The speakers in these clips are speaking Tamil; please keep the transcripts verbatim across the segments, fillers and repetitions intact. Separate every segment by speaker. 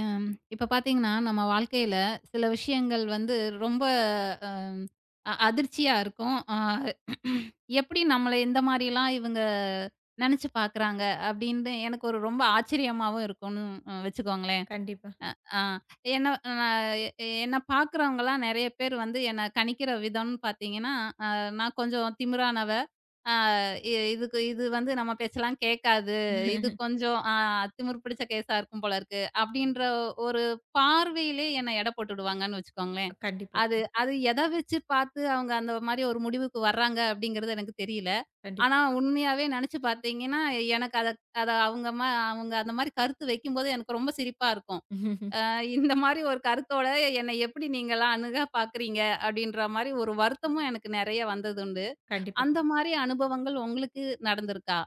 Speaker 1: எம் இப்ப பார்த்தீங்கன்னா, நம்ம வாழ்க்கையில சில விஷயங்கள் வந்து ரொம்ப அம் அ அதிர்ச்சியா இருக்கும். அ எப்படி நம்மள இந்த மாரிலாம் இவங்க நெனச்சு பார்க்குறாங்க? அப்படின்னு எனக்கு ஒரு ரொம்ப ஆச்சரியமாவும் இருக்கும்னு அ வச்சுக்கோங்களேன்.
Speaker 2: கண்டிப்பா.
Speaker 1: ஆ என்ன நா எ என்ன பார்க்குறவங்கலாம் நெறைய பேர் வந்து என்ன கணிக்கிற விதம்னு பார்த்தீங்கன்னா, அ நான் கொஞ்சம் திமிரானவ. ஆ இ இதுக்கு இது வந்து நம்ம பேச்செல்லாம் கேட்காது. இது கொஞ்சம் ஆ திமிரு பிடிச்ச கேஸா இருக்கும் போல இருக்கு. அப்படின்ற ஒரு பார்வையிலே என்ன எடை போட்டுடுவாங்கன்னு வச்சுக்கோங்களேன்.
Speaker 2: கண்டிப்பா,
Speaker 1: அது
Speaker 2: கண்டிப்பா.
Speaker 1: அது எத வச்சு பார்த்து அவங்க அந்த மாரி ஒரு முடிவுக்கு வர்றாங்க அப்படிங்கிறது எனக்கு தெரியல. ஆனா
Speaker 2: கண்டிப்பா.
Speaker 1: உண்மையாவே நெனச்சு பார்த்தீங்கன்னா, எனக்கு அத அத அவங்க ம அவங்க அந்த மாரி கருத்து வைக்கும்போது எனக்கு ரொம்ப சிரிப்பா இருக்கும். இந்த மாரி ஒரு கருத்தோட என்னை எப்படி நீங்கலாம் அணுக பார்க்குறீங்க? அப்படின்ற மாரி ஒரு வருத்தமும் எனக்கு நெறைய வந்ததுண்டு.
Speaker 2: கண்டிப்பா.
Speaker 1: அந்த மாரி அனுபவங்கள் உங்களுக்கு நடந்திருக்கா?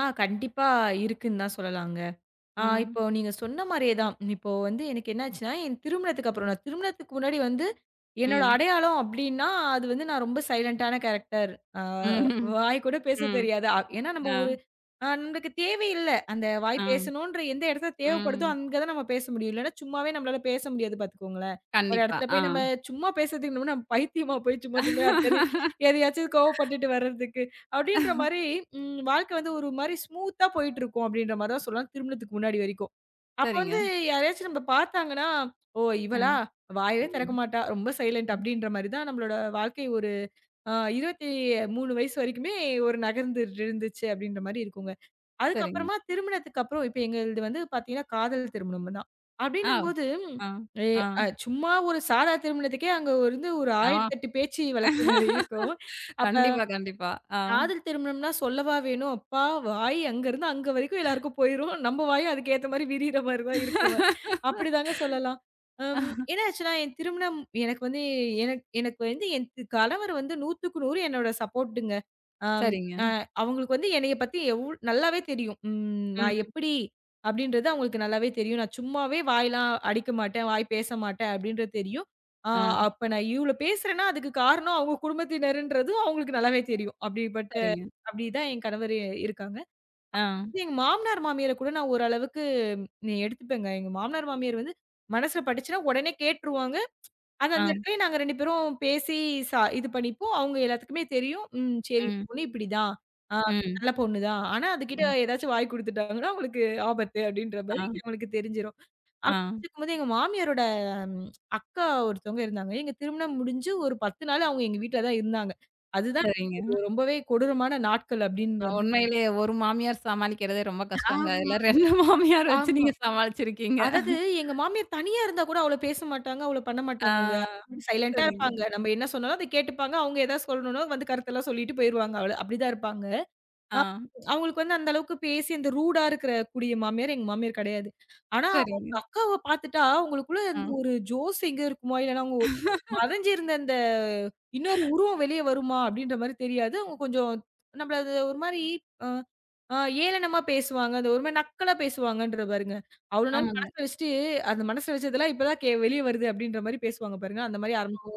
Speaker 2: ஆ கண்டிப்பா இருக்குன்னு தான் சொல்லலாங்க. ஆ
Speaker 1: ம்.
Speaker 2: இப்போ நீங்க சொன்ன மாரியே தான். இப்போ வந்து எனக்கு என்னாச்சுன்னா, என் திருமணத்துக்கு அப்புறம் நான் திருமணத்துக்கு முன்னாடி வந்து என்னோட
Speaker 1: ம்.
Speaker 2: அடையாளம் அப்டின்னா, அது வந்து நான் ரொம்ப சைலன்ட்டான கேரக்டர். ஆ
Speaker 1: ம்ஹ்ம்.
Speaker 2: வாய் கூட பேச
Speaker 1: ம்.
Speaker 2: தெரியாது. அ ஏன்னா நம்ம
Speaker 1: ஆ.
Speaker 2: ஒரு அ நமக்கு தேவையில்ல. அந்த வாய்
Speaker 1: ஆ.
Speaker 2: பேசணுன்ற எந்த இடத்துல தேவைப்படுதோ,
Speaker 1: ம்.
Speaker 2: அங்க தான் நம்ம பேச முடியும். இல்லன்னா சும்மாவே நம்மளால பேச முடியாது பார்த்துக்கோங்களேன். ஒரு
Speaker 1: கண்டிப்பா.
Speaker 2: இடத்துல
Speaker 1: ஆ.
Speaker 2: போய் நம்ம சும்மா பேசுறதுக்கு நம்ம நம்ம பைத்தியமா போய் சும்மா சும்மா யார்ட்டயாவது எதையாச்சும் கோவப்பட்டுட்டு வர்றதுக்கு. அப்படின்ற மாரி ம் வாழ்க்கை வந்து ஒரு மாரி ஸ்மூத்தா போயிட்டுருக்கும் அப்படின்ற மாரி தான் சொல்லலாம் திருமணத்துக்கு முன்னாடி வரைக்கும். அப்ப
Speaker 1: சரிங்க.
Speaker 2: வந்து யாரையாச்சும் நம்ம பார்த்தாங்கன்னா, "ஓ! இவளா?
Speaker 1: ம்.
Speaker 2: வாயவே திறக்க
Speaker 1: ம்.
Speaker 2: மாட்டா. ரொம்ப சைலண்ட்," அப்படின்ற மாரி தான் நம்மளோட வாழ்க்கை ஒரு அ இருபத்தி மூணு வயசு வரைக்குமே ஒரு நகர்ந்துட்டு இருந்துச்சு அப்படின்ற மாரி இருக்குங்க.
Speaker 1: சரிங்க.
Speaker 2: அதுக்கப்புறமா திருமணத்துக்கு அப்புறம் இப்ப எங்களது வந்து பார்த்தீங்கன்னா, காதல் திருமணம் தான்.
Speaker 1: ஆ.
Speaker 2: அப்படின்னும்போது
Speaker 1: ஆ.
Speaker 2: எ
Speaker 1: ஆ.
Speaker 2: அ சும்மா ஒரு சாதா திருமணத்துக்கே அங்க வந்து ஒரு
Speaker 1: ஆ.
Speaker 2: ஆயிரத்தி எட்டு பேச்சு வழக்குகள் இருக்கும். அப்ப
Speaker 1: கண்டிப்பா, கண்டிப்பா. ஆ.
Speaker 2: காதல் திருமணம்னா சொல்லவா வேணும்? அப்பா! வாய் அங்கருந்து அங்க வரைக்கும் எல்லாருக்கும் போயிரும். நம்ம வாயும் அதுக்கு ஏத்த மாரி விரியிற மாரி தான் இருக்கும். அப்படிதாங்க சொல்லலாம். அம் என்ன ஆச்சுன்னா, என் திருமணம் எனக்கு வந்து எனக் எனக்கு வந்து என் தி- கணவர் வந்து 100க்கு நூறு என்னோட சப்போர்ட்டுங்க. அம்
Speaker 1: சரிங்க.
Speaker 2: அ அவங்களுக்கு வந்து என்னைய பத்தி எவ் நல்லாவே தெரியும். ம் நான்
Speaker 1: ம்.
Speaker 2: எப்படி அப்படின்றது அவங்களுக்கு நல்லாவே தெரியும். நான் சும்மாவே வாயெல்லாம் அடிக்க மாட்டேன், வாய் பேச மாட்டேன் அப்படின்றது தெரியும். ஆ
Speaker 1: ஆ.
Speaker 2: அப்ப நான் இவ்ளோ பேசுறேன்னா, அதுக்கு காரணம் அவங்க குடும்பத்தினருன்றதும் அவங்களுக்கு நல்லாவே தெரியும். அப்படிப்பட்ட
Speaker 1: சரிங்க.
Speaker 2: அப்படிதான் என் கணவர் இருக்காங்க.
Speaker 1: ஆ.
Speaker 2: இது எங்க மாமனார், மாமியார கூட நான் ஓரளவுக்கு நி எடுத்துப்பேங்க. எங்க மாமனார், மாமியார் வந்து மனசுல பட்டுச்சுன்னா உடனே கேட்டுருவாங்க. அது
Speaker 1: ஆ.
Speaker 2: அந்த இடத்துலயே நாங்க ரெண்டு பேரும் பேசி ச இது பண்ணிப்போம். அவங்க எல்லாத்துக்குமே தெரியும். ம் சரி இந்த
Speaker 1: ம்.
Speaker 2: பொண்ணு இப்படிதான். ஆ
Speaker 1: ம்.
Speaker 2: நல்ல பொண்ணு தான். ஆனா அதுகிட்ட
Speaker 1: ம்.
Speaker 2: ஏதாச்சும் வாய் குடுத்துட்டாங்கன்னா, அவங்களுக்கு ஆபத்து அப்படின்ற மாரி
Speaker 1: ஆ.
Speaker 2: அவங்களுக்கு தெரிஞ்சிரும்.
Speaker 1: ஆ.
Speaker 2: அப்படி இருக்கும்போது எங்க மாமியாரோட ம் அக்கா ஒருத்தவங்க இருந்தாங்க. எங்க திருமணம் முடிஞ்சு ஒரு பத்து நாள் அவங்க எங்க வீட்ல தான் இருந்தாங்க. அதுதான்
Speaker 1: சரிங்க.
Speaker 2: எனக்கு ரொம்பவே கொடூரமான நாட்கள் அப்படின்ற மாரி.
Speaker 1: உண்மையிலேயே ஒரு மாமியார் சமாளிக்கிறதே ரொம்ப கஷ்டங்க.
Speaker 2: ஆம்,
Speaker 1: அதுல இரண்டு மாமியார் வச்சு
Speaker 2: ஆமா.
Speaker 1: நீங்க சமாளிச்சிருக்கீங்க.
Speaker 2: அதாவது எங்க மாமியார் தனியா இருந்தா கூட அவ்வளோ பேச மாட்டாங்க, அவ்வளோ பண்ண
Speaker 1: ஆ.
Speaker 2: மாட்டாங்கங்க. சைலன்ட்டா
Speaker 1: சரிங்க.
Speaker 2: இருப்பாங்க. நம்ம என்ன சொன்னாலும் அத கேட்டுப்பாங்க. அவங்க ஏதாவது சொல்லணும்னா வந்து கருத்தெல்லாம் சொல்லிட்டு போயிருவாங்க. அவ்வள அப்படிதான் இருப்பாங்க.
Speaker 1: ஆ.
Speaker 2: அ அவங்களுக்கு வந்து அந்த அளவுக்கு பேசி அந்த ரூடா இருக்கிற கூடிய மாமியார் எங்க மாமியார் கிடையாது. ஆனா அவங்க
Speaker 1: சரிங்க.
Speaker 2: அக்காவ பார்த்துட்டா அவங்களுக்குள்ள அந்த
Speaker 1: ஆ.
Speaker 2: ஒரு ஜோஸ் எங்க இருக்குமா, இல்லன்னா அவங்க மறைஞ்சிருந்த அந்த இன்னொரு உருவம் வெளிய வருமா அப்படின்ற மாரி தெரியாது. அவங்க கொஞ்சம் நம்மள அது ஒரு மாரி அ அ ஏளனமா பேசுவாங்க. அது ஒரு மாரி நக்கலா பேசுவாங்கன்ற பாருங்க. அவ்வளோ நாள்
Speaker 1: ஆமாங்க.
Speaker 2: மனசுல வச்சுட்டு அந்த மனசுல வச்சதெல்லாம் இப்பதான் கே வெளிய வருது அப்படின்ற மாரி பேசுவாங்க பாருங்க. அந்த மாரி ஆரம்பிச்சுட்டாங்க.
Speaker 1: ஓ!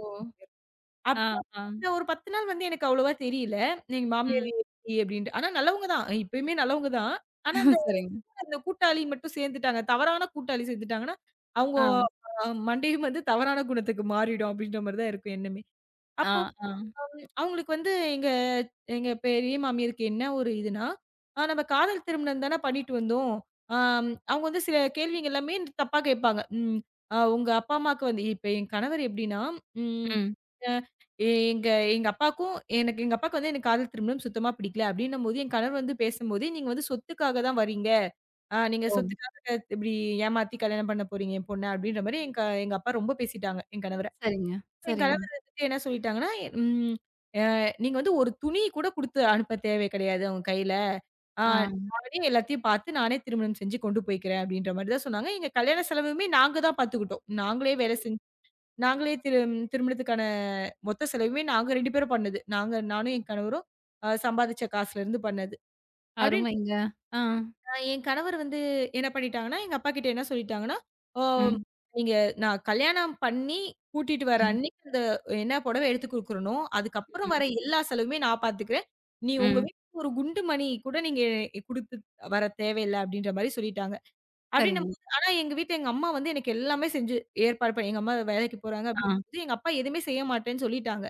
Speaker 1: ஆ,
Speaker 2: அப்போ
Speaker 1: ஆ.
Speaker 2: இந்த ஒரு பத்து நாள் வந்து எனக்கு அவ்வளவா தெரியல. எங்க மாமியார்
Speaker 1: ம்.
Speaker 2: எப்படி அப்படின்ட்டு. ஆனா நல்லவங்க தான். இப்பயுமே நல்லவங்க தான். ஆனா அந்த
Speaker 1: சரிங்க.
Speaker 2: அந்த கூட்டாளி மட்டும் சேர்ந்துட்டாங்க. தவறான கூட்டாளி சேர்ந்துட்டாங்கன்னா, அவங்க
Speaker 1: ஆ,
Speaker 2: அ மண்டையும் வந்து தவறான குணத்துக்கு மாறிடும் அப்படின்ற மாரி தான் இருக்கும் எண்ணமே.
Speaker 1: ஆ,
Speaker 2: அப்போ
Speaker 1: ஆ.
Speaker 2: அவங்களுக்கு வந்து எங்க எங்க பெரிய மாமியாருக்கு என்ன ஒரு இதுன்னா, "ஆ நம்ம காதல் திருமணம் தான பண்ணிட்டு வந்தோம்." ஆம் அவங்க வந்து சில கேள்விங்க எல்லாமே தப்பா கேட்பாங்க. ம் அ உங்க அப்பா, அம்மாக்கு வந்து இப்ப என் கணவர் எப்படின்னா, ம்
Speaker 1: ம்.
Speaker 2: அ எங்க எங்க அப்பாக்கும் எனக்கு எங்க அப்பாவுக்கு வந்து எனக்கு காதல் திருமணம் சுத்தமா பிடிக்கல அப்படின்னும்போது, என் கணவர் வந்து பேசும்போது, "நீங்க வந்து சொத்துக்காக தான் வரீங்க. அ நீங்க
Speaker 1: ஓ!
Speaker 2: சொத்துக்காக இப்படி ஏமாத்தி கல்யாணம் பண்ண போறீங்க என் பொண்ண." அப்படின்ற மாரி எங்க எங்க அப்பா ரொம்ப பேசிட்டாங்க, என் கணவர.
Speaker 1: சரிங்க,
Speaker 2: என்
Speaker 1: சரிங்க.
Speaker 2: கணவர் வந்துட்டு என்ன சொல்லிட்டாங்கன்னா, ம் அ "நீங்க வந்து ஒரு துணி கூட குடுத்து அனுப்ப தேவை கிடையாது அவங்க கையில. ஆ
Speaker 1: ஆ.
Speaker 2: நானே எல்லாத்தையும் பார்த்து நானே திருமணம் செஞ்சு கொண்டு போய்க்கிறேன்." அப்படின்ற மாரி தான் சொன்னாங்க. எங்க கல்யாண செலவுமே நாங்க தான் பார்த்துக்கிட்டோம். நாங்களே வேலை செஞ்சு நாங்களே திரு திருமணத்துக்கான மொத்த செலவுமே நாங்க ரெண்டு பேரும் பண்ணது. நாங்க நானும் என் கணவரும் அ சம்பாதிச்ச காசுலருந்து பண்ணது. அப்படி
Speaker 1: அருமைங்க. ஆ.
Speaker 2: அ என் கணவர் வந்து என்ன பண்ணிட்டாங்கன்னா, எங்க அப்பாகிட்ட என்ன சொல்லிட்டாங்கன்னா, "ஓ
Speaker 1: ம்,
Speaker 2: நீங்க நான் கல்யாணம் பண்ணி கூட்டிட்டு வர
Speaker 1: ம்,
Speaker 2: அன்னைக்கு அந்த என்ன புடவை எடுத்து குடுக்குறனோ, அதுக்கப்புறம் வர
Speaker 1: ம்,
Speaker 2: எல்லா செலவுமே நான் பார்த்துக்கிறேன். நீ உங்க
Speaker 1: ம்.
Speaker 2: வீட்டுக்கு ஒரு குண்டு மணி கூட நீங்க குடுத்து வர தேவையில்ல." அப்படின்ற மாரி சொல்லிட்டாங்க.
Speaker 1: சரிங்க.
Speaker 2: அப்படின்னும்போது ஆனா எங்க வீட்ல எங்க அம்மா வந்து எனக்கு எல்லாமே செஞ்சு ஏற்பாடு பண்ணி எங்க அம்மா வேலைக்கு போறாங்க
Speaker 1: ஆ.
Speaker 2: அப்படிங்கும்போது, எங்க அப்பா எதுவுமே செய்ய மாட்டேன்னு சொல்லிட்டாங்க.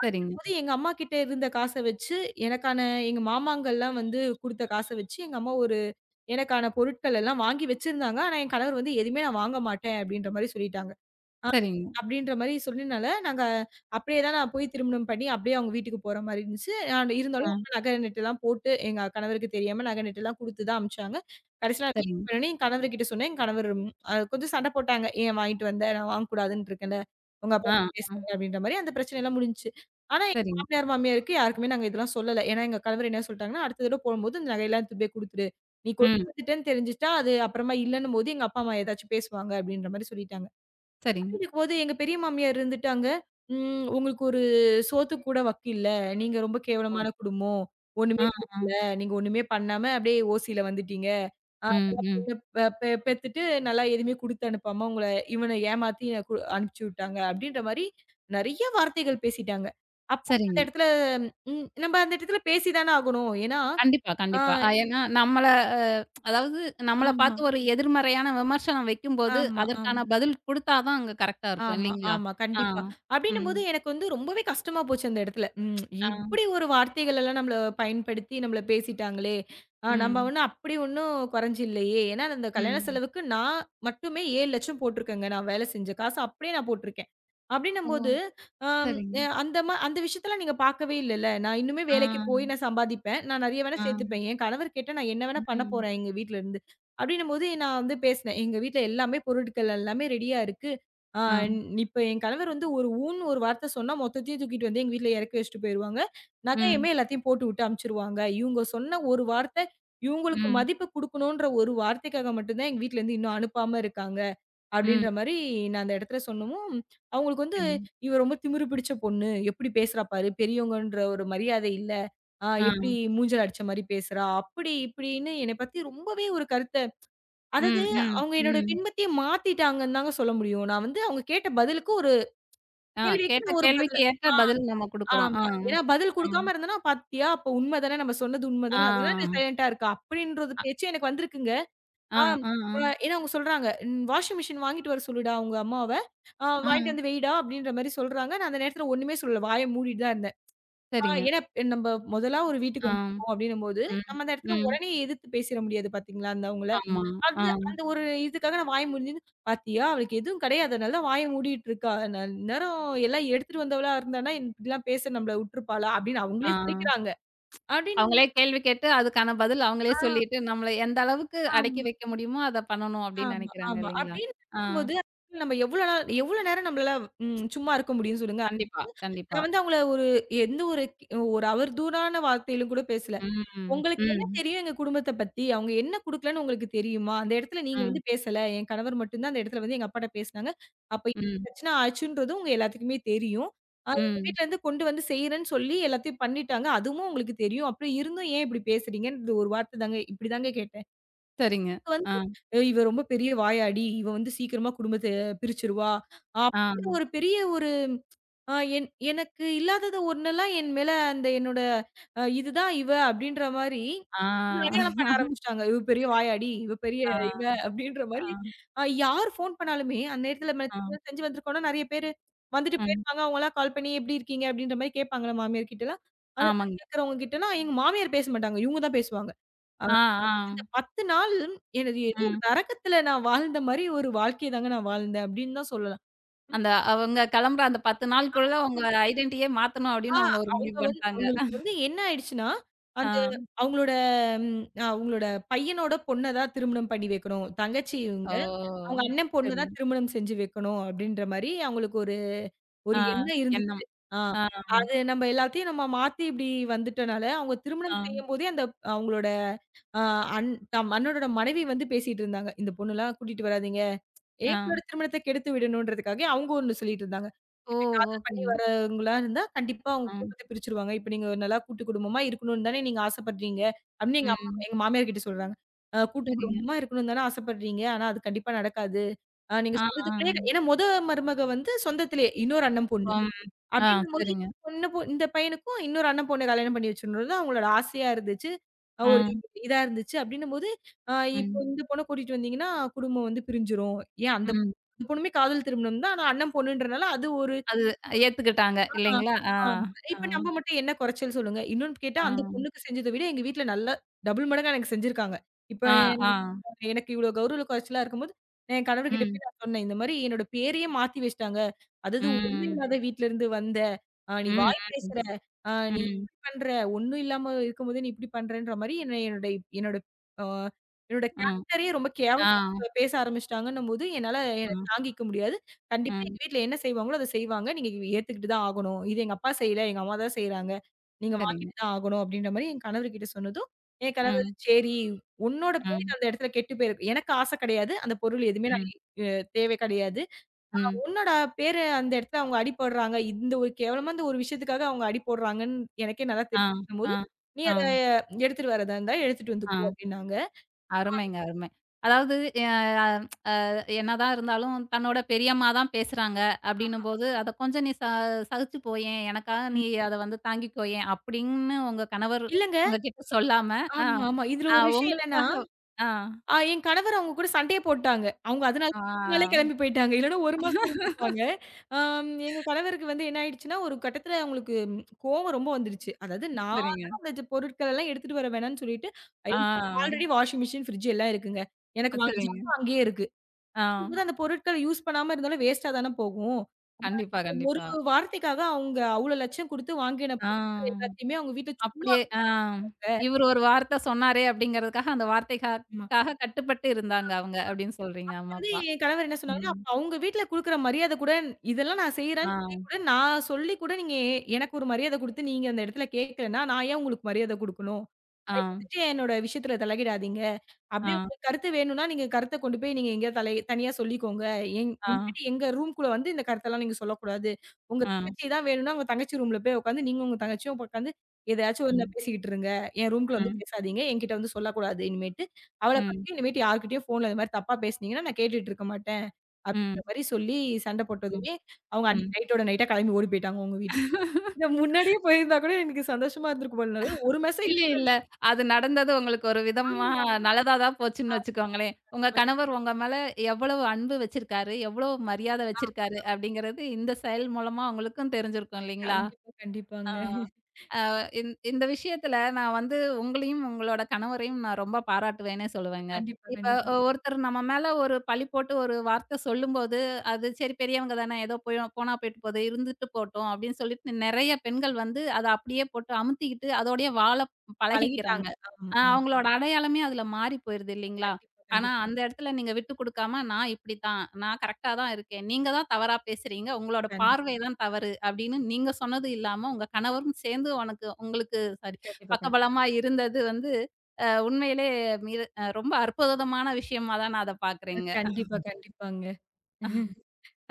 Speaker 1: சரிங்க,
Speaker 2: அப்போது எங்க அம்மாகிட்ட இருந்த காச வச்சு, எனக்கான எங்க மாமாங்கள்லாம் வந்து குடுத்த காச வச்சு, எங்க அம்மா ஒரு எனக்கான பொருட்கள் எல்லாம் வாங்கி வச்சிருந்தாங்க. ஆனா, என் கணவர் வந்து "எதுவுமே நான் வாங்க மாட்டேன்" அப்படின்ற மாரி சொல்லிட்டாங்க. ஆ.
Speaker 1: சரிங்க.
Speaker 2: அப்டின்ற மாரி சொன்னனால, நாங்க அப்படியே தான் நான் போய் திருமணம் பண்ணி, அப்படியே அவங்க வீட்டுக்கு போற மாரி இருந்துச்சு. ஆனா
Speaker 1: ஆ.
Speaker 2: இருந்தாலும் அவங்க நகை நட்டுலாம் போட்டு, எங்க கணவருக்கு தெரியாம நகை நட்டுலாம் குடுத்து தான் அனுப்பிச்சாங்க. கடைசில நான் வீட்டுக்கு
Speaker 1: சரிங்க.
Speaker 2: போனோனே, என் கணவர்கிட்ட சொன்னேன். என் கணவர் ம் அ கொஞ்சம் சண்டை போட்டாங்க. "ஏன் வாங்கிட்டு வந்த? நான் வாங்கக்கூடாதுன்னு இருக்கேன்ல. உங்க அப்பா
Speaker 1: ஆ, ஆ.
Speaker 2: பேசுனாங்க." அப்படின்ற மாரி அந்த பிரச்சனைலாம் முடிஞ்சுச்சு. ஆனா எங்க
Speaker 1: சரிங்க.
Speaker 2: மாமனார், மாமியாருக்கு யாருக்குமே நாங்க இதெல்லாம் சொல்லல. ஏன்னா எங்க கணவர் என்ன சொல்ட்டாங்கன்னா, "அடுத்த தடவ போம்போது இந்த நகையெல்லாம் எடுத்துட்டு போய் குடுத்துடு. நீ கொண்டு
Speaker 1: ம்.
Speaker 2: வந்துட்டேன்னு தெரிஞ்சுட்டா, அது அப்புறமா இல்லன்னும்போது எங்க அப்பா, அம்மா ஏதாச்சும் பேசுவாங்க." அப்படின்ற மாரி சொல்லிட்டாங்க.
Speaker 1: சரிங்க.
Speaker 2: இருக்கும்போது எங்க பெரிய மாமியார் இருந்துட்டாங்க. "ம் உங்களுக்கு ஒரு சோத்துக்கு கூட வக்கில்ல. நீங்க ரொம்ப
Speaker 1: ஓ!
Speaker 2: கேவலமான குடும்பம். ஒண்ணுமே
Speaker 1: ஆ, ஆ.
Speaker 2: குடுக்கல. நீங்க ஒண்ணுமே பண்ணாம அப்படியே ஓசியில வந்துட்டீங்க. ஆ
Speaker 1: ம், ம்.
Speaker 2: நீங்க பெ பெ பெத்துட்டு நல்லா எதுவுமே குடுத்து அனுப்பாம உங்கள இவன ஏமாத்தி கு அனுப்பிச்சு விட்டாங்க." அப்படின்ற மாரி நெறைய வார்த்தைகள் பேசிட்டாங்க. அப்ப அந்த
Speaker 1: சரிங்க.
Speaker 2: இடத்துல ம் நம்ம அந்த இடத்துல பேசி தானே ஆகணும். ஏன்னா,
Speaker 1: கண்டிப்பா,
Speaker 2: ஆ
Speaker 1: கண்டிப்பா. அ ஏன்னா நம்மள அ அதாவது நம்மள
Speaker 2: ஆமா,
Speaker 1: பார்த்து ஒரு எதிர்மறையான விமர்சனம் வைக்கும்போது,
Speaker 2: ஆமா, ஆமா.
Speaker 1: அதற்கான பதில் குடுத்தா தான் அங்க கரெக்ட்டா இருக்கும்
Speaker 2: ஆமா,
Speaker 1: இல்லைங்களா?
Speaker 2: ஆமா.
Speaker 1: ஆ.
Speaker 2: கண்டிப்பா.
Speaker 1: ம்.
Speaker 2: அப்டின்னும்போது எனக்கு வந்து ரொம்பவே கஷ்டமா போச்சு அந்த இடத்துல. ம்
Speaker 1: ஆ.
Speaker 2: இப்டி ஒரு வார்த்தைகள் எல்லாம் நம்மள பயன்படுத்தி நம்மள பேசிட்டாங்களே! ஆ நம்ம
Speaker 1: ம்.
Speaker 2: ஒண்ணும் அப்டி ஒண்ணும் குறைஞ்சு இல்லையே! ஏன்னா அந்த கல்யாண
Speaker 1: ம்.
Speaker 2: செலவுக்கு நான் மட்டுமே ஏழு லட்சம போட்டிருக்கேங்க. நான் வேலை செஞ்ச காசு அப்டியே நான் போட்டிருக்கேன்.
Speaker 1: ஓ!
Speaker 2: அப்டின்னும்போது, அம்
Speaker 1: சரிங்க.
Speaker 2: அ அந்த மா அந்த விஷயத்தலாம் நீங்க பார்க்கவே இல்லல. நான் இன்னுமே
Speaker 1: ஆ.
Speaker 2: வேலைக்கு போய் நான் சம்பாதிப்பேன். நான் நெறைய வேணா
Speaker 1: ஆ.
Speaker 2: சேர்த்துப்பேன். என் கணவர் கேட்டா நான் என்ன வேணா பண்ண
Speaker 1: ம்.
Speaker 2: போறேன் எங்க வீட்ல இருந்து. அப்டின்னும்போது நான் வந்து பேசினேன். எங்க வீட்ல எல்லாமே பொருட்கள் எல்லாமே ரெடியா இருக்கு. ஆ
Speaker 1: ஆ.
Speaker 2: இப்ப என் கணவர் வந்து ஒரு ஊன்னு ஒரு வார்த்தை சொன்னா, மொத்தத்தையும் தூக்கிட்டு வந்து எங்க வீட்ல இறக்கி வச்சுட்டு போயிருவாங்க.
Speaker 1: ம்.
Speaker 2: நகையுமே எல்லாத்தையும் போட்டு விட்டு அனுப்பிச்சுருவாங்க. இவுங்க சொன்ன ஒரு வார்த்தை, இவுங்களுக்கு
Speaker 1: ம்.
Speaker 2: மதிப்பு குடுக்கணுன்ற ஒரு வார்த்தைக்காக மட்டும் தான் எங்க வீட்லருந்து இன்னும் அனுப்பாம இருக்காங்க.
Speaker 1: ம்.
Speaker 2: அப்டின்ற மாரி நான் அந்த இடத்துல சொன்னவும், அவுங்களுக்கு வந்து,
Speaker 1: சரிங்க.
Speaker 2: "இவ ரொம்ப திமிரு பிடிச்ச பொண்ணு. எப்டி பேசுறா பாரு. பெரியவங்கன்ற ஒரு மரியாதை இல்ல. ஆ
Speaker 1: ஆ.
Speaker 2: எப்டி மூஞ்சில அடிச்ச மாரி பேசுறா." அப்டி இப்டின்னு என்னை பத்தி ரொம்பவே ஒரு கருத்த அதாவது
Speaker 1: ம். ம்.
Speaker 2: அவங்க என்னோட
Speaker 1: ம்.
Speaker 2: பின்பத்தையே மாத்திட்டாங்கன்னு தாங்க சொல்ல முடியும். நான் வந்து அவங்க கேட்ட பதிலுக்கு ஒரு
Speaker 1: ஆ,
Speaker 2: கேள்விக்கு
Speaker 1: கேட்ட
Speaker 2: நான் ஒரு
Speaker 1: கேள்விக்கு
Speaker 2: பதில்
Speaker 1: ஏற்ற பதில் நம்ம குடுக்குறோம். ஆ.
Speaker 2: ஆமா. ஏன்னா பதில்
Speaker 1: ஆ.
Speaker 2: குடுக்காம இருந்தேன்னா, "பாத்தியா! அப்ப உண்ம தானே நம்ம சொன்னது உண்ம
Speaker 1: ஆ.
Speaker 2: தானே. அதனால நீ சைலன்ட்டா இருக்க." அப்படின்றது பேச்சு எனக்கு வந்திருக்குங்க.
Speaker 1: ஆ.
Speaker 2: ஆம்.
Speaker 1: ஆ. ஆ.
Speaker 2: அ ஏன்னா அவங்க சொல்றாங்க, "ன் வாஷிங் மிஷின் வாங்கிட்டு வர சொல்லுடா உங்க அம்மாவ. அ
Speaker 1: ஆ.
Speaker 2: வாங்கிட்டு வந்து வைடா." அப்படின்ற மாரி சொல்றாங்க. நான் அந்த நேரத்துல ஒண்ணுமே சொல்லல. வாய மூடிட்டு தான் இருந்தேன். ஆ
Speaker 1: சரிங்க.
Speaker 2: ஏன்னா நம்ப முதலா ஒரு வீட்டுக்கு
Speaker 1: ஆ.
Speaker 2: வந்திருக்கோம் அப்படின்னும்போது,
Speaker 1: ம்.
Speaker 2: நம்ம அந்த இடத்துல
Speaker 1: ம்.
Speaker 2: உடனே எதிர்த்து பேசிற முடியாது பாத்தீங்களா, அந்த அவங்கள.
Speaker 1: ஆமா.
Speaker 2: அந்த
Speaker 1: ஆ.
Speaker 2: அந்த ஒரு இதுக்காக நான் வாய மூடின்னு, "பாத்தியா! அவளுக்கு எதுவும் கிடையாது. அதனால வாய மூடிட்டு இருக்கா. ந இந்நேரம் எல்லாம் எடுத்துட்டு வந்தவளா இருந்தான்னா, இப்படிலாம் பேச நம்மள விட்டுருப்பாளா?" அப்படின்னு
Speaker 1: ஆ.
Speaker 2: அவங்களே சொல்லிக்கிறாங்க. அப்படின்னு
Speaker 1: அவங்களே கேள்வி கேட்டு, அதுக்கான பதில் அவங்களே
Speaker 2: ஆ
Speaker 1: சொல்லிட்டு, நம்மள எந்த அளவுக்கு அடக்கி
Speaker 2: ஆமா,
Speaker 1: வைக்க முடியுமோ, அத பண்ணணும் அப்படின்னு
Speaker 2: ஆமா,
Speaker 1: நெனைக்கிறாங்க
Speaker 2: ஆமா.
Speaker 1: இல்லைங்களா?
Speaker 2: அப்படின்னு
Speaker 1: ஆ,
Speaker 2: இருக்கும்போது நம்ம எவ்வளோ நாள் எவ்வளோ நேரம் நம்மளால ம் சும்மா இருக்க முடியும் சொல்லுங்க?
Speaker 1: கண்டிப்பா, கண்டிப்பா.
Speaker 2: நான் வந்து அவங்கள ஒரு எந்த ஒரு ஒரு அவர் தூரான வார்த்தையிலும் கூட பேசல.
Speaker 1: ம்,
Speaker 2: உங்களுக்கு என்ன
Speaker 1: ம்,
Speaker 2: தெரியும் எங்க குடும்பத்த பத்தி? அவங்க என்ன குடுக்கலன்னு உங்களுக்கு தெரியுமா? அந்த இடத்துல நீங்க வந்து
Speaker 1: ம்,
Speaker 2: பேசல. என் கணவர் மட்டும் தான் அந்த இடத்துல வந்து எங்க அப்பாட்ட பேசுனாங்க. அப்ப என்ன
Speaker 1: ம்,
Speaker 2: பிரச்சனை ஆச்சுன்றது உங்க எல்லாத்துக்குமே தெரியும். அ எங்க
Speaker 1: ம்.
Speaker 2: வீட்லருந்து கொண்டு வந்து செய்றேன்னு சொல்லி எல்லாத்தையும் பண்ணிட்டாங்க. அதுவும் உங்களுக்கு தெரியும். அப்புறம் இருந்தும் ஏன் இப்படி பேசுறீங்கன்றது ஒரு வார்த்த தாங்க இப்படி தாங்க கேட்டேன்.
Speaker 1: சரிங்க. ஆ,
Speaker 2: வந்து "அஹ் இவ ரொம்ப பெரிய வாயாடி, இவ வந்து சீக்கிரமா குடும்பத்த பிரிச்சுருவா.
Speaker 1: ஆ,
Speaker 2: அப்டின்ற ஒரு பெரிய ஒரு அ என் எனக்கு இல்லாதது ஒன்னெல்லாம் என் மேல அந்த என்னோட அ இதுதான் இவ அப்டின்ற மாரி
Speaker 1: ஆ,
Speaker 2: அடையாளம் பண்ண ஆரம்பிச்சுட்டாங்க. இவ பெரிய வாயாடி, இவ பெரிய
Speaker 1: ஆ,
Speaker 2: இவ அப்டின்ற மாரி
Speaker 1: ஆ,
Speaker 2: அ யார் ஃபோன் பண்ணாலுமே அந்த நேரத்துல
Speaker 1: ஆ,
Speaker 2: மெசேஜ் செஞ்சு வந்திருக்கோம்னா நெறைய பேரு வந்துட்டு
Speaker 1: ம்.
Speaker 2: போயிருப்பாங்க. அவங்கலாம் கால் பண்ணி எப்டி இருக்கீங்க? அப்டின்ற மாரி கேட்பாங்கல்ல மாமியார் கிட்டலாம். அந்த மாரி
Speaker 1: ஆமாங்க.
Speaker 2: கேட்கறவங்க கிட்டலாம் எங்க மாமியார் பேச மாட்டாங்க. இவங்க தான் பேசுவாங்க.
Speaker 1: ஆ, ஆ,
Speaker 2: அந்த பத்து நாள் எனது ஏதோ ஒரு
Speaker 1: ம்.
Speaker 2: நரகத்துல நான் வாழ்ந்த மாரி ஒரு வாழ்க்கைய தாங்க நான் வாழ்ந்தேன் அப்படின்னு தான் சொல்லலாம்.
Speaker 1: அந்த அவங்க கிளம்புற அந்த பத்து நாளுக்குள்ள அவங்க ஐடென்டிட்டியே மாத்தணும்
Speaker 2: ஆ
Speaker 1: அப்படின்னு அவங்க ஒரு
Speaker 2: அவங்க
Speaker 1: முடிவு
Speaker 2: வந்து
Speaker 1: பண்ணிட்டாங்க.
Speaker 2: அவங்களுக்கு வந்து என்ன ஆயிடுச்சுன்னா,
Speaker 1: ஆ,
Speaker 2: அந்த அவங்களோட ம் அவங்களோட பையனோட பொண்ண தான் திருமணம் பண்ணி வைக்கணும். தங்கச்சி இவங்க.
Speaker 1: ஓ!
Speaker 2: அவங்க அண்ணன் பொண்ண தான்
Speaker 1: சரிங்க.
Speaker 2: திருமணம் செஞ்சு வைக்கணும் அப்படின்ற மாரி அவங்களுக்கு ஒரு
Speaker 1: ஆ,
Speaker 2: ஒரு எண்ணம்
Speaker 1: எண்ணம்.
Speaker 2: இருந்துச்சு. ஆ
Speaker 1: ஆ,
Speaker 2: அது நம்ம எல்லாத்தையும் நம்ம மாத்தி இப்படி வந்துட்டனால, அவங்க
Speaker 1: ஆ,
Speaker 2: திருமணம் செய்யும்போதே அந்த அவங்களோட அ அண் தம் அண்ணனோட மனைவி வந்து பேசிட்டு இருந்தாங்க. "இந்த பொண்ணுலாம் கூட்டிட்டு வராதீங்க. எங்களோட
Speaker 1: ஆ.
Speaker 2: திருமணத்த கெடுத்து விடணுன்றதுக்காக அவங்க ஒண்ணு சொல்லிட்டு இருந்தாங்க.
Speaker 1: ஓ!
Speaker 2: இப்படி காதல் பண்ணி
Speaker 1: ஓகேங்க.
Speaker 2: வரவங்களா இருந்தா கண்டிப்பா அவங்க
Speaker 1: ஆ.
Speaker 2: குடும்பத்த பிரிச்சுருவாங்க. இப்ப நீங்க நல்லா கூட்டு குடும்பமா இருக்கணும்னு தானே நீங்க ஆசைப்படுறீங்க. அப்படின்னு எங்க அம்மா
Speaker 1: ம்.
Speaker 2: எங்க மாமியார் கிட்ட சொல்றாங்க. அ கூட்டு
Speaker 1: சரிங்க.
Speaker 2: குடும்பமா இருக்கணும்னு தானே ஆசைப்படுறீங்க. ஆனா அது கண்டிப்பா நடக்காது. அ நீங்க
Speaker 1: ஆ,
Speaker 2: சொந்தத்துக்குள்ளேயே
Speaker 1: ஆ.
Speaker 2: ஏன்னா மொத மருமக வந்து சொந்தத்திலேயே இன்னொரு அண்ணன் பொண்ணு.
Speaker 1: ம். ஆ,
Speaker 2: அப்டின்னும்போது
Speaker 1: சரிங்க.
Speaker 2: பொண்ணு பொ இந்த பையனுக்கும் இன்னொரு அண்ணன் பொண்ண கல்யாணம் பண்ணி வச்சுடணும்னு அவங்களோட ஆசையா இருந்துச்சு. அ ஒரு
Speaker 1: ம்,
Speaker 2: இதா இருந்துச்சு. அப்டின்னும்போது, அ இப்போ
Speaker 1: ம்,
Speaker 2: இந்த பொண்ண கூட்டிட்டு வந்தீங்கன்னா, குடும்பம் வந்து பிரிஞ்சிரும். ஏன் அந்த
Speaker 1: ம்.
Speaker 2: அந்த பொண்ணுமே காதல் திருமணம் தான். ஆனா அண்ணன் பொண்ணுன்றனால அது ஒரு
Speaker 1: அது ஏத்துக்கிட்டாங்க
Speaker 2: ஆ,
Speaker 1: இல்லைங்களா? ஆ,
Speaker 2: ஆமா.
Speaker 1: ஆ,
Speaker 2: இப்ப நம்ம மட்டும் என்ன குறைச்சல் சொல்லுங்க? இன்னொன்னு கேட்டா,
Speaker 1: ஆ,
Speaker 2: அந்த பொண்ணுக்கு செஞ்சத விட எங்க வீட்ல நல்லா டபுள் மடங்கா எனக்கு செஞ்சிருக்காங்க. இப்ப
Speaker 1: ஆ,
Speaker 2: என்
Speaker 1: ஆ.
Speaker 2: எனக்கு இவ்ளோ கௌரவ குறைச்சலா இருக்கும்போது, என் கணவர்கிட்ட
Speaker 1: ம்,
Speaker 2: போய் நான் சொன்னேன். இந்த மாரி என்னோட பேரையே மாத்தி வச்சுட்டாங்க. அதாவது ஒண்ணும்
Speaker 1: ம்,
Speaker 2: இல்லாத வீட்லருந்து வந்த, அ நீ
Speaker 1: ம்,
Speaker 2: வாய்
Speaker 1: ம்,
Speaker 2: பேசுற, அ நீ
Speaker 1: ம்.
Speaker 2: இப்படி பண்ற, ஒண்ணும் இல்லாம இருக்கும்போதே நீ இப்படி பண்றன்ற மாரி என்ன என்னோட என்னோட அ என்னோட
Speaker 1: ஆ,
Speaker 2: கேரக்டரயே ரொம்ப கேவலமா
Speaker 1: ஆ,
Speaker 2: பேச ஆரம்பிச்சுட்டாங்கன்னும்போது, என்னால எ
Speaker 1: ஆ,
Speaker 2: தாங்கிக்க முடியாது. கண்டிப்பா
Speaker 1: ம்.
Speaker 2: எங்க வீட்ல என்ன செய்வாங்களோ, அத செய்வாங்க. நீங்க ஏத்துக்கிட்டு தான் ஆகணும். இது எங்க அப்பா செய்யல, எங்க அம்மா தான் செய்றாங்க. நீங்க
Speaker 1: சரிங்க.
Speaker 2: வாங்கிட்டு தான் ஆகணும் அப்டின்ற மாரி என் கணவர்கிட்ட சொன்னதும், என் கணவர்
Speaker 1: ம்,
Speaker 2: "சரி, உன்னோட பேருக்கு
Speaker 1: ம்,
Speaker 2: அந்த இடத்துல கெட்டு பேரு. எனக்கு ஆசை கிடையாது. அந்த பொருள் எதுவுமே நான்
Speaker 1: ம்,
Speaker 2: அ தேவை கிடையாது.
Speaker 1: ம்.
Speaker 2: உன்னோட பேரு அந்த இடத்துல அவங்க அடிபடுறாங்க. இந்த ஒரு கேவலமா இந்த ஒரு விஷயத்துக்காக அவங்க அடிபடுறாங்கன்னு எனக்கே நல்லா
Speaker 1: ஆ, ஆ,
Speaker 2: தெரியும்போது, நீ
Speaker 1: ஆ,
Speaker 2: அத எடுத்துட்டு வரதா இருந்தா எடுத்துட்டு
Speaker 1: ஆ.
Speaker 2: வந்துக்கோ" அப்டின்னாங்க.
Speaker 1: அருமைங்க, அருமை. அதாவது, அ என்னதான் இருந்தாலும் தன்னோட பெரியம்மா தான் பேசுறாங்க அப்படின்னும்போது, "அத கொஞ்சம் நீ ச சகிச்சு போயேன். எனக்காக
Speaker 2: ம்.
Speaker 1: நீ அத வந்து தாங்கிக்கோயேன்" அப்படின்னு உங்க கணவர்
Speaker 2: இல்லங்க.
Speaker 1: உங்ககிட்ட சொல்லாம, ஆ,
Speaker 2: ஆமா, ஆமா. இதுல
Speaker 1: ஆ
Speaker 2: ஒரு விஷயம் என்னன்னா
Speaker 1: உங்களுக்காக ஆ,
Speaker 2: ஆ என் கணவர் அவங்க கூட சண்டைய போட்டாங்க. அவங்க அதனால
Speaker 1: ஆ
Speaker 2: பத்து நாளே கிளம்பி போயிட்டாங்க. இல்லன்னா ஒரு மாசம் இருந்திருப்பாங்க. ஆம் எங்க கணவருக்கு வந்து என்ன ஆயிடுச்சுன்னா, ஒரு கட்டத்துல அவங்களுக்கு ம், கோவம் ரொம்ப வந்துருச்சு. அதாவது நான்
Speaker 1: சரிங்க.
Speaker 2: தான் அந்த இது பொருட்கள் எல்லாம் எடுத்துட்டு வர வேணாம்னு சொல்லிட்டு,
Speaker 1: ஆ,
Speaker 2: எங்க வீட்ல ஆல்ரெடி வாஷிங் மிஷின், ஃப்ரிட்ஜ் எல்லாம் இருக்குங்க.
Speaker 1: அ,
Speaker 2: எனக்கு வாங்கின
Speaker 1: சரிங்க.
Speaker 2: ஜாமான் அங்கேயே இருக்கு.
Speaker 1: ஆ,
Speaker 2: இருக்கும்போது அந்த பொருட்கள யூஸ் பண்ணாம இருந்தாலும் வேஸ்ட்டா தானே போகும்.
Speaker 1: கண்டிப்பா,
Speaker 2: ஒரு
Speaker 1: கண்டிப்பா.
Speaker 2: வார்த்தைக்காக அவங்க அவ்ளோ லட்சம் குடுத்து வாங்கின
Speaker 1: ஆ,
Speaker 2: பொருட்கள் எல்லாத்தையுமே அவங்க வீட்ல சும்மா
Speaker 1: அப்படியே ஆ, இவரு ஒரு வார்த்தை சொன்னாரே அப்படிங்கிறதுக்காக, அந்த
Speaker 2: இல்ல.
Speaker 1: வார்த்தைக்காக கட்டுப்பட்டு இருந்தாங்க அவங்க அப்படின்னு சொல்றீங்க அம்மா,
Speaker 2: வந்து
Speaker 1: அப்பா.
Speaker 2: என் கணவர் என்ன சொன்னாங்கன்னா,
Speaker 1: ம்.
Speaker 2: அப்ப அவங்க வீட்ல குடுக்குற மரியாதை கூட, இதெல்லாம் நான்
Speaker 1: ஆ,
Speaker 2: செய்றேன்னு சொல்லி கூட, நான் சொல்லி கூட நீங்க எனக்கு ஒரு மரியாதை குடுத்து, நீங்க அந்த இடத்துல கேட்கலன்னா, நான் ஏன் உங்களுக்கு மரியாதை குடுக்கணும்?
Speaker 1: ஆ,
Speaker 2: விஜயனோட விஷயத்துல தலையிடாதீங்க.
Speaker 1: ஆ,
Speaker 2: அப்படியே உங்களுக்கு கருத்து வேணும்னா, நீங்க கருத்த கொண்டு போய் நீங்க எங்கேயாவது தலை தனியா சொல்லிக்கோங்க. எங்
Speaker 1: ஆ,
Speaker 2: இனிமேட்டு எங்க ரூம்குள்ள வந்து இந்த கருத்தெல்லாம் நீங்க சொல்லக்கூடாது. உங்க
Speaker 1: ஆ,
Speaker 2: தங்கச்சி தான் வேணும்னா, உங்க தங்கச்சி ரூம்ல போய் உட்காந்து, நீங்க உங்க தங்கச்சியும் உட்காந்து எதையாச்சும் ஒண்ண
Speaker 1: ம்,
Speaker 2: பேசிக்கிட்டு இருங்க. என் ரூம்குள்ள வந்து
Speaker 1: ம்.
Speaker 2: பேசாதீங்க. என்கிட்ட வந்து சொல்லக்கூடாது இனிமேட்டு. அவள
Speaker 1: ம்.
Speaker 2: பத்தி இனிமேட்டு யார்கிட்டயும் ஃபோன்ல இந்த மாரி தப்பா பேசுனீங்கன்னா, நான் கேட்டுட்டு இருக்க மாட்டேன். அப்படிங்கிற
Speaker 1: ம்.
Speaker 2: மாரி சொல்லி சண்டை
Speaker 1: ம்.
Speaker 2: போட்டதுமே, அவங்க அன்னைக்கு
Speaker 1: ம்.
Speaker 2: நைட்டோட நைட்டா கிளம்பி ஓடி போயிட்டாங்க அவங்க வீட்டுக்கு. இத முன்னாடியே போயிருந்தா கூட எனக்கு சந்தோஷமா இருந்திருக்கும் போல. ஒரு மெசேஜ்
Speaker 1: இல்ல, இல்ல. அது நடந்தது உங்களுக்கு ஒரு விதமா
Speaker 2: ஆமா.
Speaker 1: நல்லதா தான்
Speaker 2: ஆ
Speaker 1: போச்சுன்னு வச்சுக்கோங்களேன். உங்க
Speaker 2: கண்டிப்பா.
Speaker 1: கணவர் உங்க மேல எவ்வளவு அன்பு வச்சிருக்காரு, எவ்வளவு மரியாதை வச்சிருக்காரு அப்படிங்கிறது இந்த செயல் மூலமா உங்களுக்கும் தெரிஞ்சிருக்கும் இல்லைங்களா?
Speaker 2: கண்டிப்பா,
Speaker 1: ஆ.
Speaker 2: கண்டிப்பாங்க.
Speaker 1: அ இந் இந்த விஷயத்துல நான் வந்து உங்களையும், உங்களோட கணவரையும் நான் ரொம்ப பாராட்டுவேன்னே சொல்லுவேங்க.
Speaker 2: கண்டிப்பா,
Speaker 1: இப்ப
Speaker 2: கண்டிப்பா.
Speaker 1: அ ஒருத்தர் நம்ம மேல ஒரு பழி போட்டு ஒரு வார்த்தை சொல்லும்போது, அது சரி பெரியவங்க தானே ஏதோ போய் போனா போயிட்டு போது, இருந்துட்டு போட்டும் அப்படின்னு சொல்லிட்டு நெறைய பெண்கள் வந்து அத அப்படியே போட்டு அமுத்திக்கிட்டு அதோடயே வாழ பழகிக்கிறாங்க.
Speaker 2: பழகிட்டாங்க. ஆமா,
Speaker 1: அ
Speaker 2: ஆமா.
Speaker 1: அவங்களோட அடையாளமே அதுல மாறி போயிருது இல்லைங்களா?
Speaker 2: கண்டிப்பா,
Speaker 1: ஆனா,
Speaker 2: கண்டிப்பா,
Speaker 1: அந்த இடத்துல நீங்க விட்டு குடுக்காம, "நான் இப்படித்தான். நான் கரெக்ட்டா தான் இருக்கேன். நீங்க தான் தவறா பேசுறீங்க. உங்களோட
Speaker 2: கண்டிப்பா,
Speaker 1: பார்வை தான் தவறு." அப்படின்னு நீங்க சொன்னது இல்லாம, உங்க கணவரும் சேர்ந்து உனக்கு உங்களுக்கு சாரி
Speaker 2: கண்டிப்பா, கண்டிப்பா.
Speaker 1: பக்கபலமா இருந்தது வந்து, அ உண்மையிலே மிக அ ரொம்ப அற்புதமான விஷயமா தான் நான் அத
Speaker 2: அ
Speaker 1: பார்க்குறேங்க.
Speaker 2: கண்டிப்பா, கண்டிப்பாங்க.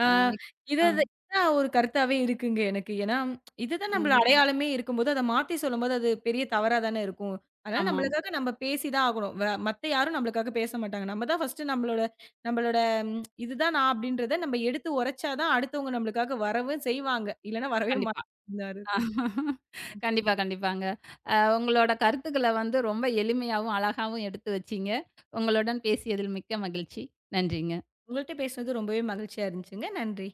Speaker 2: ஆ
Speaker 1: அ மிக்
Speaker 2: இது
Speaker 1: அ,
Speaker 2: இது இதான் ஒரு கருத்தாவே இருக்குங்க எனக்கு. ஏன்னா, இதுதான் நம்மள
Speaker 1: ம்.
Speaker 2: அடையாளமே இருக்கும்போது, அத மாத்தி சொல்லும்போது, அது பெரிய தவறா தானே இருக்கும். அதனால
Speaker 1: ஆமா.
Speaker 2: நம்மளுக்காக நம்ம பேசி தான் ஆகணும். வ மத்த யாரும் நம்மளுக்காக பேச மாட்டாங்க. நம்ம தான் ஃபர்ஸ்ட்டு நம்மளோட நம்மளோட இதுதான் நான் அப்படின்றத நம்ம எடுத்து உரைச்சா தான் அடுத்தவங்க நம்மளுக்காக வரவும் செய்வாங்க. இல்லன்னா வரவே
Speaker 1: கண்டிப்பா.
Speaker 2: மாட்டாங்க.
Speaker 1: அஹ் கண்டிப்பா, கண்டிப்பாங்க. அ உங்களோட கருத்துக்கள வந்து ரொம்ப எளிமையாவும், அழகாவும் எடுத்து வச்சீங்க. உங்களுடன் பேசியதில் மிக்க மகிழ்ச்சி. நன்றிங்க.
Speaker 2: உங்கள்ட்ட பேசுனது ரொம்பவே மகிழ்ச்சியா இருந்துச்சுங்க. நன்றி.